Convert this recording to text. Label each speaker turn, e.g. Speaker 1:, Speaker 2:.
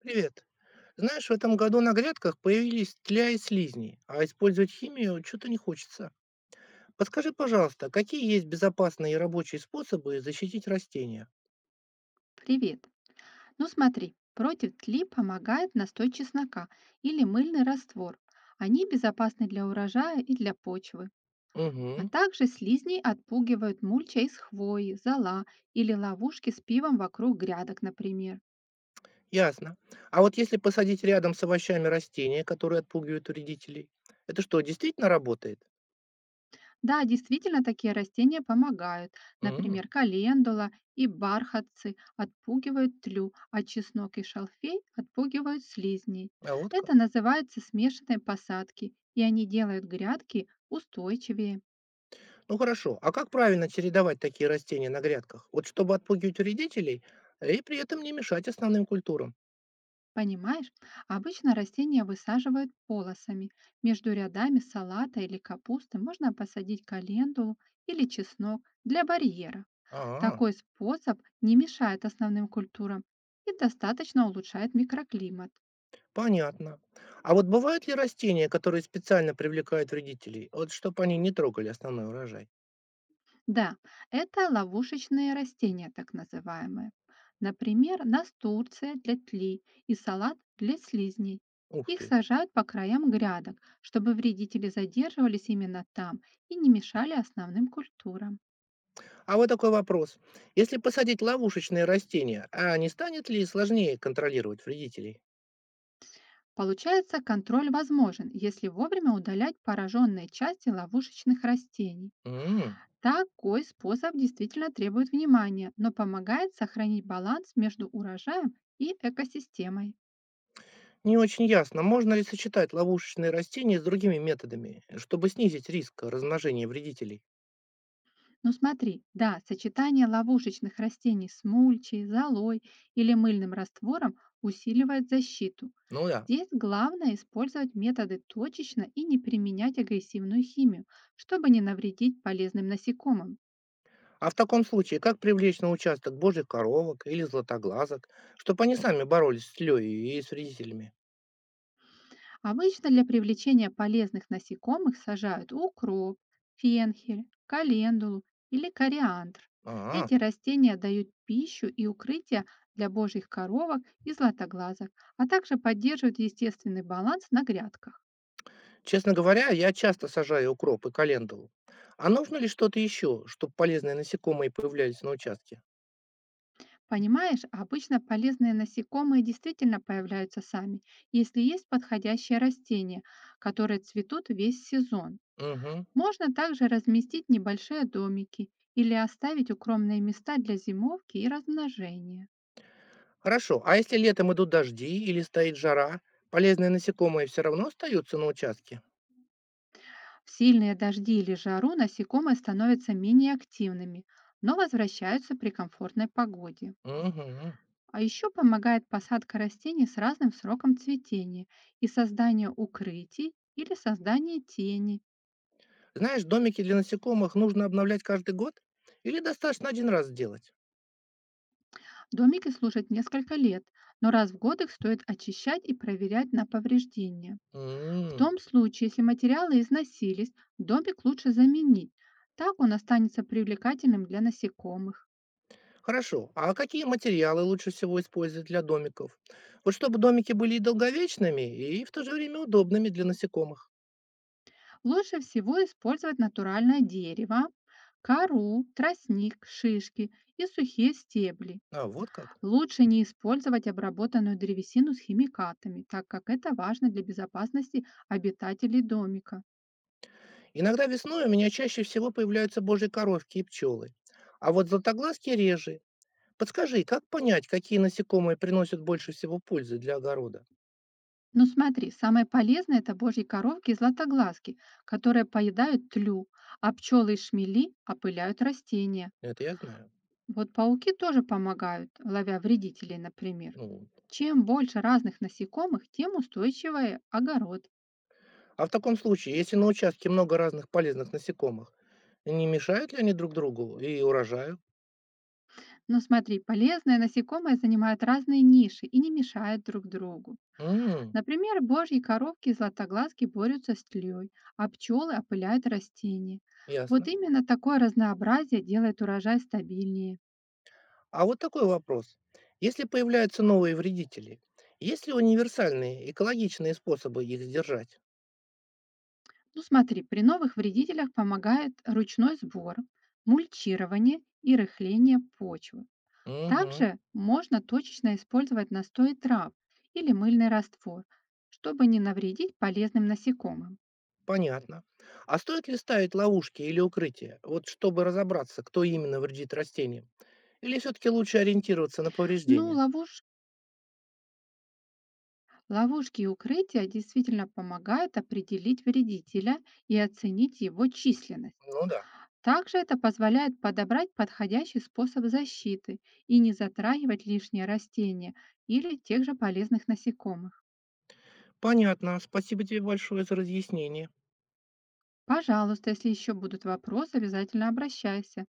Speaker 1: Привет. Знаешь, в этом году на грядках появились тля и слизни, а использовать химию что-то не хочется. Подскажи, пожалуйста, какие есть безопасные и рабочие способы защитить растения?
Speaker 2: Привет. Ну смотри, против тли помогает настой чеснока или мыльный раствор. Они безопасны для урожая и для почвы. А
Speaker 1: Угу,
Speaker 2: также слизней отпугивают мульча из хвои, зола или ловушки с пивом вокруг грядок, например.
Speaker 1: ясно. А вот если посадить рядом с овощами растения, которые отпугивают вредителей, это что, действительно работает?
Speaker 2: Да, действительно, такие растения помогают.
Speaker 1: М,
Speaker 2: Например, календула и бархатцы отпугивают тлю, а чеснок и шалфей отпугивают слизней.
Speaker 1: а вот
Speaker 2: Это
Speaker 1: как.
Speaker 2: называется смешанной посадки, и они делают грядки устойчивее.
Speaker 1: Ну хорошо, а как правильно чередовать такие растения на грядках? Вот чтобы отпугивать вредителей и при этом не мешать основным культурам.
Speaker 2: Понимаешь, обычно растения высаживают полосами. Между рядами салата или капусты можно посадить календулу или чеснок для барьера.
Speaker 1: А.
Speaker 2: Такой способ не мешает основным культурам и достаточно улучшает микроклимат.
Speaker 1: Понятно. А вот бывают ли растения, которые специально привлекают вредителей, вот чтобы они не трогали основной урожай?
Speaker 2: Да, это ловушечные растения, так называемые. Например, настурция для тли и салат для слизней.
Speaker 1: Ух
Speaker 2: Их
Speaker 1: ты.
Speaker 2: сажают по краям грядок, чтобы вредители задерживались именно там и не мешали основным культурам.
Speaker 1: А вот такой вопрос. Если посадить ловушечные растения, а не станет ли сложнее контролировать вредителей?
Speaker 2: Получается, контроль возможен, если вовремя удалять пораженные части ловушечных растений.
Speaker 1: М.
Speaker 2: Такой способ действительно требует внимания, но помогает сохранить баланс между урожаем и экосистемой.
Speaker 1: Не очень ясно, можно ли сочетать ловушечные растения с другими методами, чтобы снизить риск размножения вредителей.
Speaker 2: Ну смотри, да, сочетание ловушечных растений с мульчей, золой или мыльным раствором усиливает защиту.
Speaker 1: Ну да.
Speaker 2: Здесь главное использовать методы точечно и не применять агрессивную химию, чтобы не навредить полезным насекомым.
Speaker 1: А в таком случае, как привлечь на участок божьих коровок или златоглазок, чтобы они сами боролись с лёй и с вредителями?
Speaker 2: Обычно для привлечения полезных насекомых сажают укроп, фенхель, календулу или кориандр.
Speaker 1: А,
Speaker 2: Эти растения дают пищу и укрытие для божьих коровок и златоглазок, а также поддерживают естественный баланс на грядках.
Speaker 1: честно говоря, я часто сажаю укроп и календулу. А нужно ли что-то еще, чтобы полезные насекомые появлялись на участке?
Speaker 2: Понимаешь, обычно полезные насекомые действительно появляются сами, если есть подходящее растение, которое цветут весь сезон.
Speaker 1: Угу.
Speaker 2: Можно также разместить небольшие домики или оставить укромные места для зимовки и размножения.
Speaker 1: Хорошо. А если летом идут дожди или стоит жара, полезные насекомые все равно остаются на участке?
Speaker 2: В сильные дожди или жару насекомые становятся менее активными, но возвращаются при комфортной погоде.
Speaker 1: Угу.
Speaker 2: А еще помогает посадка растений с разным сроком цветения и создание укрытий или создание тени.
Speaker 1: Знаешь, домики для насекомых нужно обновлять каждый год? Или достаточно один раз сделать?
Speaker 2: Домики служат несколько лет, но раз в год их стоит очищать и проверять на повреждения. В
Speaker 1: М.
Speaker 2: том случае, если материалы износились, домик лучше заменить. Так он останется привлекательным для насекомых.
Speaker 1: Хорошо. А какие материалы лучше всего использовать для домиков? Вот чтобы домики были и долговечными, и в то же время удобными для насекомых.
Speaker 2: Лучше всего использовать натуральное дерево, кору, тростник, шишки и сухие стебли.
Speaker 1: А, вот как.
Speaker 2: Лучше не использовать обработанную древесину с химикатами, так как это важно для безопасности обитателей домика.
Speaker 1: Иногда весной у меня чаще всего появляются божьи коровки и пчелы. А вот златоглазки реже. Подскажи, как понять, какие насекомые приносят больше всего пользы для огорода?
Speaker 2: Но смотри, самое полезное — это божьи коровки и златоглазки, которые поедают тлю, а пчелы и шмели опыляют растения.
Speaker 1: Это я знаю.
Speaker 2: Вот пауки тоже помогают, ловя вредителей, например.
Speaker 1: Ну,
Speaker 2: Чем больше разных насекомых, тем устойчивее огород.
Speaker 1: а в таком случае, если на участке много разных полезных насекомых, не мешают ли они друг другу и урожаю?
Speaker 2: Но смотри, полезные насекомые занимают разные ниши и не мешают друг другу.
Speaker 1: М,
Speaker 2: Например, божьи коровки и златоглазки борются с тлей, а пчелы опыляют растения. Вот
Speaker 1: ясно.
Speaker 2: именно такое разнообразие делает урожай стабильнее.
Speaker 1: А вот такой вопрос. Если появляются новые вредители, есть ли универсальные экологичные способы их сдержать?
Speaker 2: Ну смотри, при новых вредителях помогает ручной сбор, мульчирование и рыхление почвы.
Speaker 1: Угу.
Speaker 2: Также можно точечно использовать настой трав или мыльный раствор, чтобы не навредить полезным насекомым.
Speaker 1: Понятно. А стоит ли ставить ловушки или укрытия, вот чтобы разобраться, кто именно вредит растениям? Или все-таки лучше ориентироваться на
Speaker 2: Но
Speaker 1: повреждения?
Speaker 2: ловуш- Ловушки и укрытия действительно помогают определить вредителя и оценить его численность.
Speaker 1: Ну да.
Speaker 2: Также это позволяет подобрать подходящий способ защиты и не затрагивать лишние растения или тех же полезных насекомых.
Speaker 1: Понятно. Спасибо тебе большое за разъяснение.
Speaker 2: Пожалуйста, если еще будут вопросы, обязательно обращайся.